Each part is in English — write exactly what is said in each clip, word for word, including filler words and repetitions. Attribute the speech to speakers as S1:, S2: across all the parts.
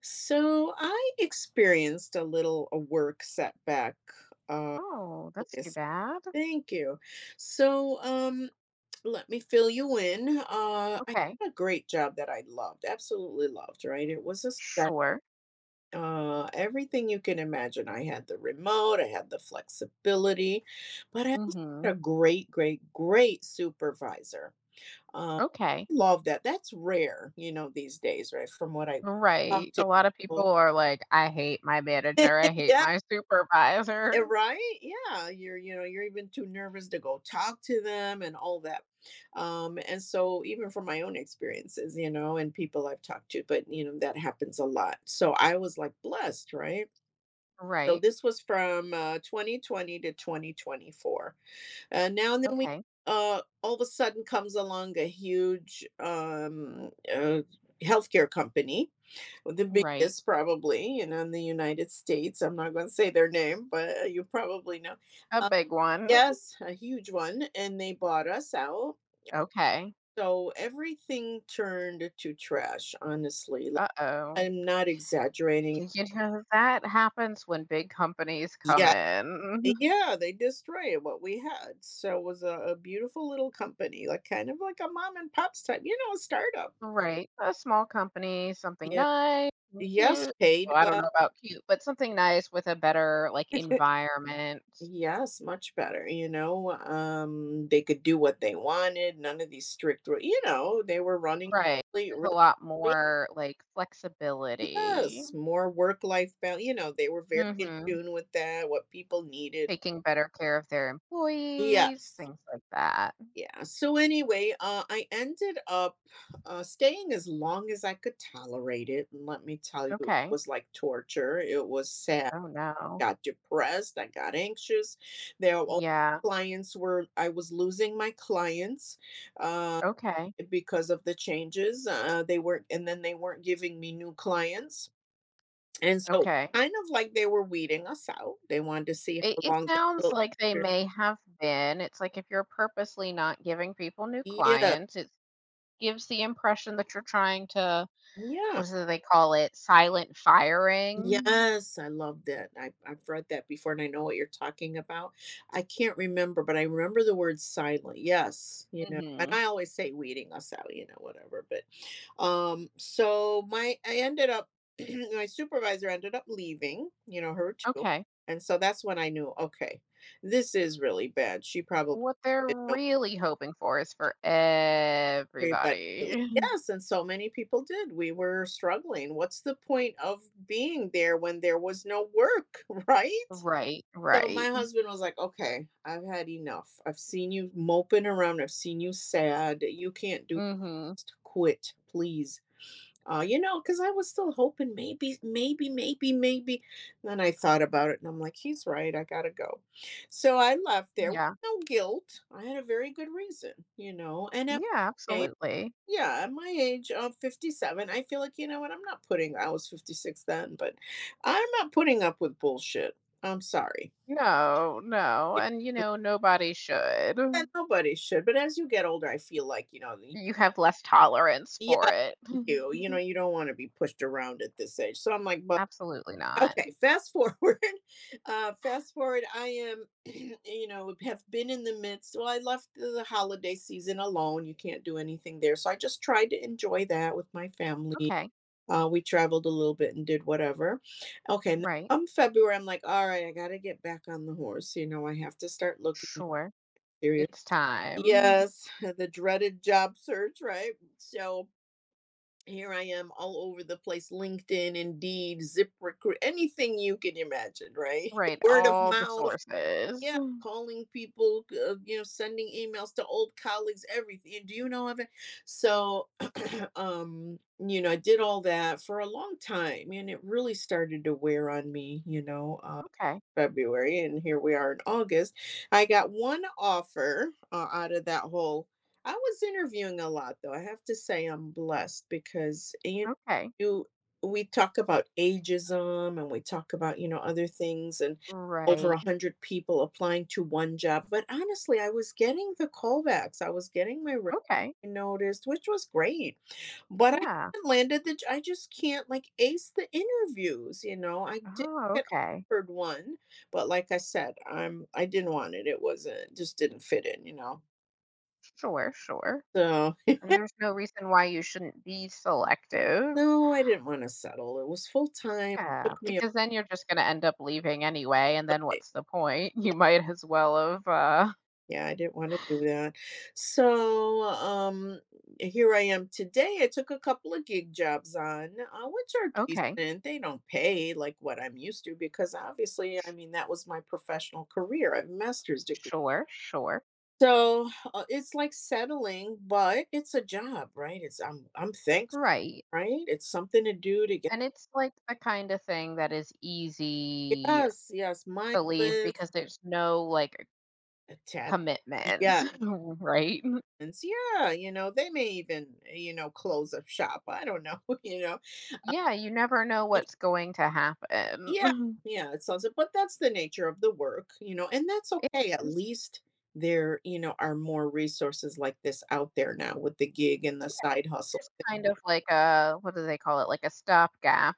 S1: So I experienced a little a work setback. Uh,
S2: Oh, that's too
S1: yes,
S2: bad.
S1: thank you. So um, let me fill you in. Uh, I
S2: Okay.
S1: had a great job that I loved, absolutely loved. Right, it was a start.
S2: Sure.
S1: Uh, everything you can imagine. I had the remote, I had the flexibility, but I also
S2: Mhm.
S1: had a great, great, great supervisor. Um,
S2: Okay.
S1: Love that. That's rare, you know, these days, right? From what I talk
S2: Right. A
S1: to.
S2: lot of
S1: People.
S2: people are like, I hate my manager. I hate
S1: Yeah,
S2: my
S1: Eh,
S2: supervisor.
S1: right? Yeah, you're you know, you're even too nervous to go talk to them and all that. Um, and so even from my own experiences, you know, and people I've talked to, but you know, that happens a lot. So I was like blessed, right? So
S2: Right.
S1: this was from uh, twenty twenty to twenty twenty-four. And now and then we,
S2: Okay.
S1: uh, All of a sudden comes along a huge um, uh, healthcare company, the
S2: Right.
S1: biggest probably, you know, in the United States. I'm not going to say their name, but uh, you probably know.
S2: A
S1: Uh,
S2: big one.
S1: yes, a huge one. And they bought us out.
S2: Okay.
S1: So everything turned to trash, honestly. Like,
S2: Uh-oh.
S1: I'm not exaggerating.
S2: You know, that happens when big companies come
S1: Yeah.
S2: in.
S1: Yeah, they destroyed what we had. So it was a, a beautiful little company, like kind of like a mom and pops type, you know, a startup.
S2: Right. A small company, something
S1: Yeah.
S2: nice and
S1: Yes,
S2: cute.
S1: paid
S2: Well, I don't
S1: well.
S2: know about cute, but something nice with a better, like, environment.
S1: Yes, much better. You know, um, they could do what they wanted. None of these strict, ru- you know, they were running
S2: Right.
S1: really, really,
S2: There's a lot
S1: really-
S2: more, like, flexibility.
S1: yes, more work life balance. You know, they were very in
S2: Mhm.
S1: tune with that, what people needed.
S2: Taking better care of their employees,
S1: Yes.
S2: things like that.
S1: Yeah. So anyway, uh, I ended up uh, staying as long as I could tolerate it. And let me tell you, it
S2: Okay.
S1: was like torture. It was sad.
S2: Oh, no.
S1: Got depressed. I got anxious. There all
S2: Yeah.
S1: clients were. I was losing my clients uh,
S2: Okay.
S1: because of the changes. Uh, they weren't, and then they weren't giving me new clients. And so,
S2: Okay.
S1: kind of like they were weeding us out. They wanted to see
S2: It
S1: how
S2: it
S1: long. The,
S2: sounds
S1: little-
S2: like they may have been. It's like if you're purposely not giving people new
S1: yeah.
S2: clients, it gives the impression that you're trying to
S1: Yeah.
S2: what do they call it? Silent firing?
S1: Yes, I love that. I, I've read that before and I know what you're talking about. I can't remember, but I remember the word silent. Yes, you know, and
S2: Mhm.
S1: I always say weeding us out, you know, whatever. But um, so my I ended up my supervisor ended up leaving, you know, her too.
S2: Okay.
S1: And so that's when I knew, okay, this is really bad. She probably
S2: What they're
S1: didn't know
S2: really hoping for is for
S1: everybody. Really.
S2: everybody.
S1: Yes, and so many people did. We were struggling. What's the point of being there when there was no work, right?
S2: Right,
S1: So my
S2: right.
S1: husband was like, "Okay, I've had enough. I've seen you moping around. I've seen you sad. You can't do
S2: Mhm.
S1: this. Quit, please." Uh, you know, because I was still hoping maybe, maybe, maybe, maybe. Then I thought about it, and I'm like, "He's right. I gotta go." So I left there. With
S2: Yeah.
S1: no guilt. I had a very good reason, you know. And at
S2: Yeah,
S1: my age,
S2: absolutely.
S1: yeah, at my age of fifty-seven, I feel like you know what? I'm not putting. I was fifty-six then, but I'm not putting up with bullshit. I'm sorry.
S2: No, no, and, you know, nobody should.
S1: Yeah, nobody should. But as you get older, I feel like, you know, y-
S2: You have less tolerance
S1: yeah,
S2: for it.
S1: you, you know, you don't want to be pushed around at this age. So I'm like, but
S2: Absolutely not.
S1: okay, fast forward. Uh fast forward, I am, you know, have been in the midst. Well, I left the holiday season alone. You can't do anything there. So I just tried to enjoy that with my family.
S2: Okay.
S1: Uh, we traveled a little bit and did whatever. Okay, and then
S2: Right.
S1: come February, I'm like, all right, I gotta get back on the horse. You know, I have to start looking
S2: Sure.
S1: serious.
S2: It's time.
S1: Yes, the dreaded job search, right? So here I am all over the place, LinkedIn, Indeed, ZipRecruit, anything you can imagine, right?
S2: Right,
S1: Word of Mhm.
S2: all the
S1: mouth.
S2: sources.
S1: Yeah, calling people, uh, you know, sending emails to old colleagues, everything. Do you know of it? So, um, you know, I did all that for a long time and it really started to wear on me, you know.
S2: Okay.
S1: February, and here we are in August. I got one offer uh, out of that whole. I was interviewing a lot, though. I have to say, I'm blessed because you know,
S2: Okay.
S1: you we talk about ageism and we talk about you know other things and over
S2: Right.
S1: a hundred people applying to one job. But honestly, I was getting the callbacks. I was getting my resume
S2: Okay.
S1: noticed, which was great, but I
S2: Yeah.
S1: haven't landed the. j- I just can't like ace the interviews. You know, I did
S2: Oh,
S1: get
S2: okay.
S1: offered one, but like I said, I'm I didn't want it. It wasn't it just didn't fit in, you know.
S2: Sure, sure.
S1: So
S2: And there's no reason why you shouldn't be selective.
S1: no, I didn't want to settle. It was full time.
S2: Yeah,
S1: Took me
S2: because then you're just gonna end up leaving anyway, and then
S1: away.
S2: what's the point? You might as well have, uh
S1: Yeah, I didn't want to do that. So um here I am today. I took a couple of gig jobs on, uh, which are
S2: okay,
S1: decent. They don't pay like what I'm used to because obviously, I mean, that was my professional career. I have a master's degree.
S2: sure, sure.
S1: So uh, it's like settling, but it's a job, right? It's I'm I'm thankful.
S2: Right.
S1: Right? It's something to do to get.
S2: And it's like the kind of thing that is easy
S1: Yes, yes,
S2: to leave
S1: mindless
S2: because there's no like
S1: attachment,
S2: commitment,
S1: yes,
S2: right?
S1: yeah, you know, they may even, eh, you know, close up shop, I don't know, you know?
S2: Yeah, you never know what's going to
S1: Yeah,
S2: happen.
S1: yeah, it sounds but that's the nature of the work, you know, and that's
S2: It
S1: okay, at
S2: is
S1: least there, you know, are more resources like this out there now with the gig and the side hustle.
S2: just kind of like a, what do they call it? Like a stopgap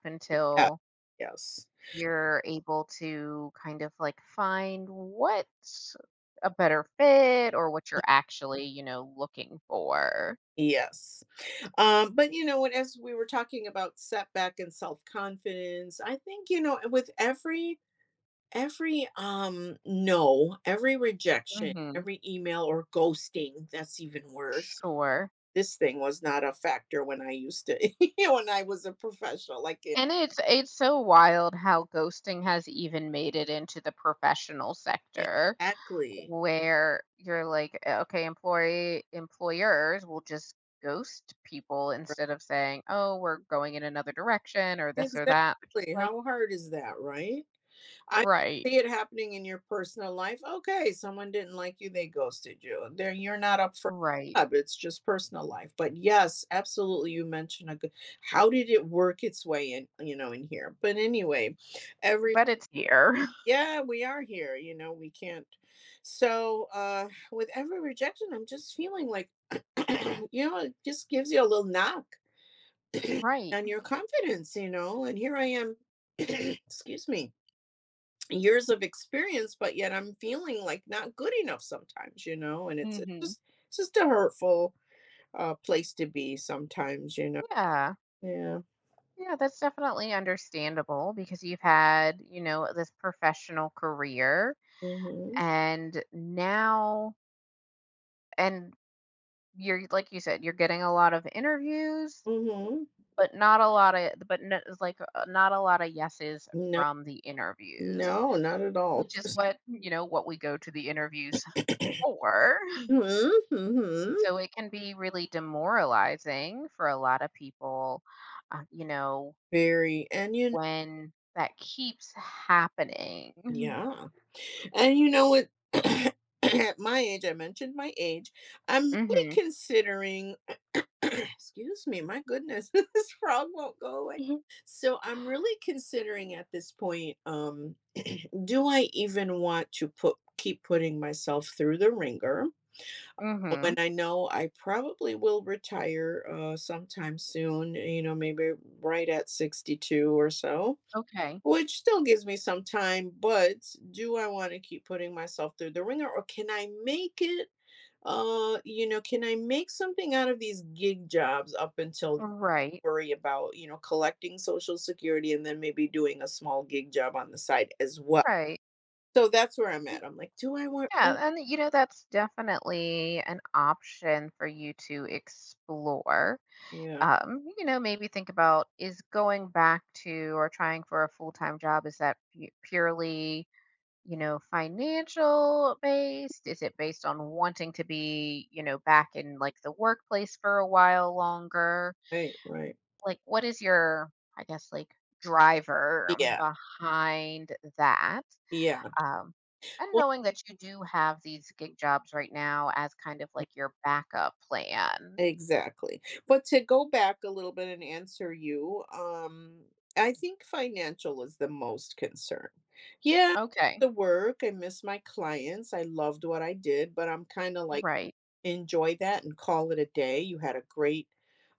S1: Yeah.
S2: until
S1: Yes.
S2: you're able to kind of like find what's a better fit or what you're actually, you know, looking for.
S1: Yes. Um, but you know what, as we were talking about setback and self-confidence, I think, you know, with every. Every um, no, every rejection,
S2: Hmm.
S1: every email or ghosting, that's even worse.
S2: Sure.
S1: This thing was not a factor when I used to when I was a professional, like it.
S2: And it's it's so wild how ghosting has even made it into the professional sector
S1: Exactly,
S2: where you're like, "Uh, okay, employee employers will just ghost people
S1: right,
S2: instead of saying, "Oh, we're going in another direction" or this or that." Which is
S1: exactly,
S2: like,
S1: how hard is that, right? I
S2: right,
S1: see it happening in your personal life. Okay, someone didn't like you, they ghosted you. There, you're not up for
S2: right,
S1: grab. It's just personal life. But yes, absolutely, you mentioned a good. How did it work its way in? You know, in here. But anyway, every
S2: but it's here.
S1: yeah, we are here. You know, we can't. So uh with every rejection, I'm just feeling like, you know, it just gives you a little knock
S2: Right.
S1: on your confidence. You know, and here I am. Excuse me, years of experience but yet I'm feeling like not good enough sometimes you know, and it's, it's
S2: Hmm.
S1: just it's just a hurtful uh place to be sometimes, you know.
S2: Yeah.
S1: Yeah.
S2: Yeah, that's definitely understandable because you've had, you know, this professional career
S1: Mm-hmm.
S2: and now, and you're, like you said, you're getting a lot of interviews,
S1: Mm-hmm.
S2: but not a lot of, but no, it's like uh, not a lot of yeses
S1: No.
S2: from the interviews,
S1: No, not at all.
S2: which is what, you know, what we go to the interviews for.
S1: Mm-hmm.
S2: So it can be really demoralizing for a lot of people, uh, you know,
S1: Very. And you
S2: when that keeps happening.
S1: yeah and you know what at my age I mentioned my age I'm really
S2: Mhm.
S1: considering. Excuse me, my goodness, this frog won't go away.
S2: Mhm.
S1: So I'm really considering at this point, um, do I even want to put keep putting myself through the ringer when
S2: Mhm.
S1: I know I probably will retire uh, sometime soon, you know, maybe right at sixty-two or so,
S2: Okay.
S1: which still gives me some time, but do I want to keep putting myself through the ringer or can I make it? Uh, you know, can I make something out of these gig jobs up until
S2: Right.
S1: worry about, you know, collecting social security and then maybe doing a small gig job on the side as well.
S2: Right.
S1: So that's where I'm
S2: Y-
S1: at. I'm like, do I want really.
S2: Yeah, and you know that's definitely an option for you to explore.
S1: Yeah,
S2: Um, you know, maybe think about is going back to or trying for a full-time job is that pu- purely, you know, financial based? Is it based on wanting to be, you know, back in like the workplace for a while longer?
S1: right, right.
S2: Like what is your, I guess, like driver
S1: Yeah,
S2: behind that?
S1: yeah.
S2: Um, and
S1: Well,
S2: knowing that you do have these gig jobs right now as kind of like your backup plan.
S1: exactly. But to go back a little bit and answer you, um, I think financial is the most concern. Yeah,
S2: Okay.
S1: the work, I miss my clients. I loved what I did, but I'm kind of like
S2: Right,
S1: enjoy that and call it a day. You had a great,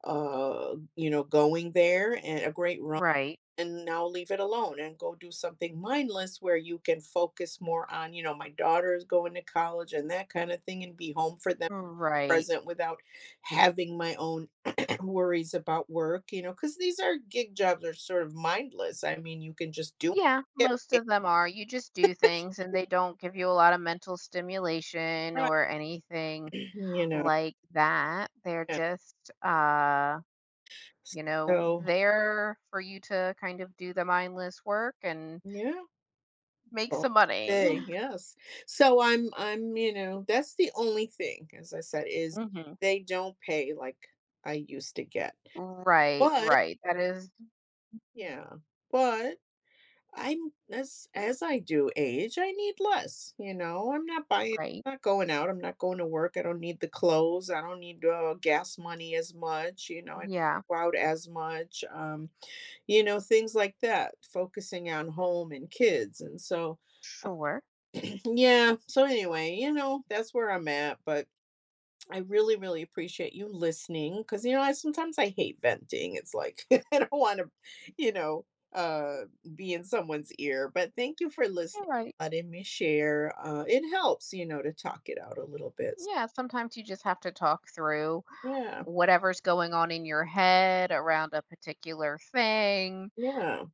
S1: uh, you know, going there and a great run,
S2: right,
S1: and now leave it alone and go do something mindless where you can focus more on, you know, my daughter is going to college and that kind of thing, and be home for them
S2: right.
S1: present without having my own worries about work, you know, because these are gig jobs are sort of mindless. I mean, you can just do it,
S2: Yeah,
S1: get
S2: most
S1: paid,
S2: of them are you just do things and they don't give you a lot of mental stimulation
S1: right,
S2: or anything
S1: you know.
S2: like that. They're
S1: Yeah.
S2: just, uh you know,
S1: So,
S2: there for you to kind of do the mindless work and
S1: yeah.
S2: make some money.
S1: Day, yes. So I'm I'm, you know, that's the only thing, as I said, is
S2: Mhm.
S1: they don't pay like I used to get.
S2: Right,
S1: But
S2: right. That is
S1: yeah, but I'm as as I do age, I need less, you know. I'm not buying.
S2: right.
S1: I'm not going out, I'm not going to work, I don't need the clothes, I don't need uh, gas money as much, you know, I don't
S2: Yeah,
S1: go out as much, um, you know, things like that, focusing on home and kids. And so
S2: sure.
S1: yeah. So anyway, you know, that's where I'm at. But I really, really appreciate you listening because you know, I sometimes I hate venting. It's like I don't want to, you know, uh, be in someone's ear. But thank you for
S2: All
S1: listening,
S2: right.
S1: letting me share. Uh, it helps, you know, to talk it out a little bit. So,
S2: Yeah, sometimes you just have to talk through
S1: yeah.
S2: whatever's going on in your head around a particular thing
S1: Yeah.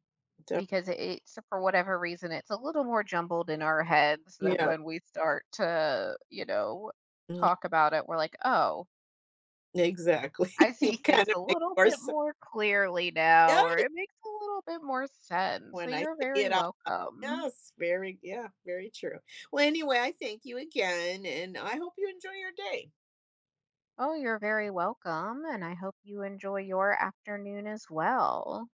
S1: def-
S2: because it's for whatever reason it's a little more jumbled in our heads than
S1: Yeah.
S2: when we start to, you know,
S1: mm,
S2: talk about it. We're like, "Oh,
S1: Exactly.
S2: I see
S1: It
S2: things
S1: kind of
S2: a
S1: makes
S2: little
S1: more
S2: bit
S1: sense
S2: more clearly now," or
S1: yes,
S2: it makes a little bit more sense. So
S1: when I
S2: you're
S1: say
S2: very
S1: it out.
S2: welcome.
S1: Yes, very yeah, very true. Well, anyway, I thank you again, and I hope you enjoy your day.
S2: Oh, you're very welcome, and I hope you enjoy your afternoon as well.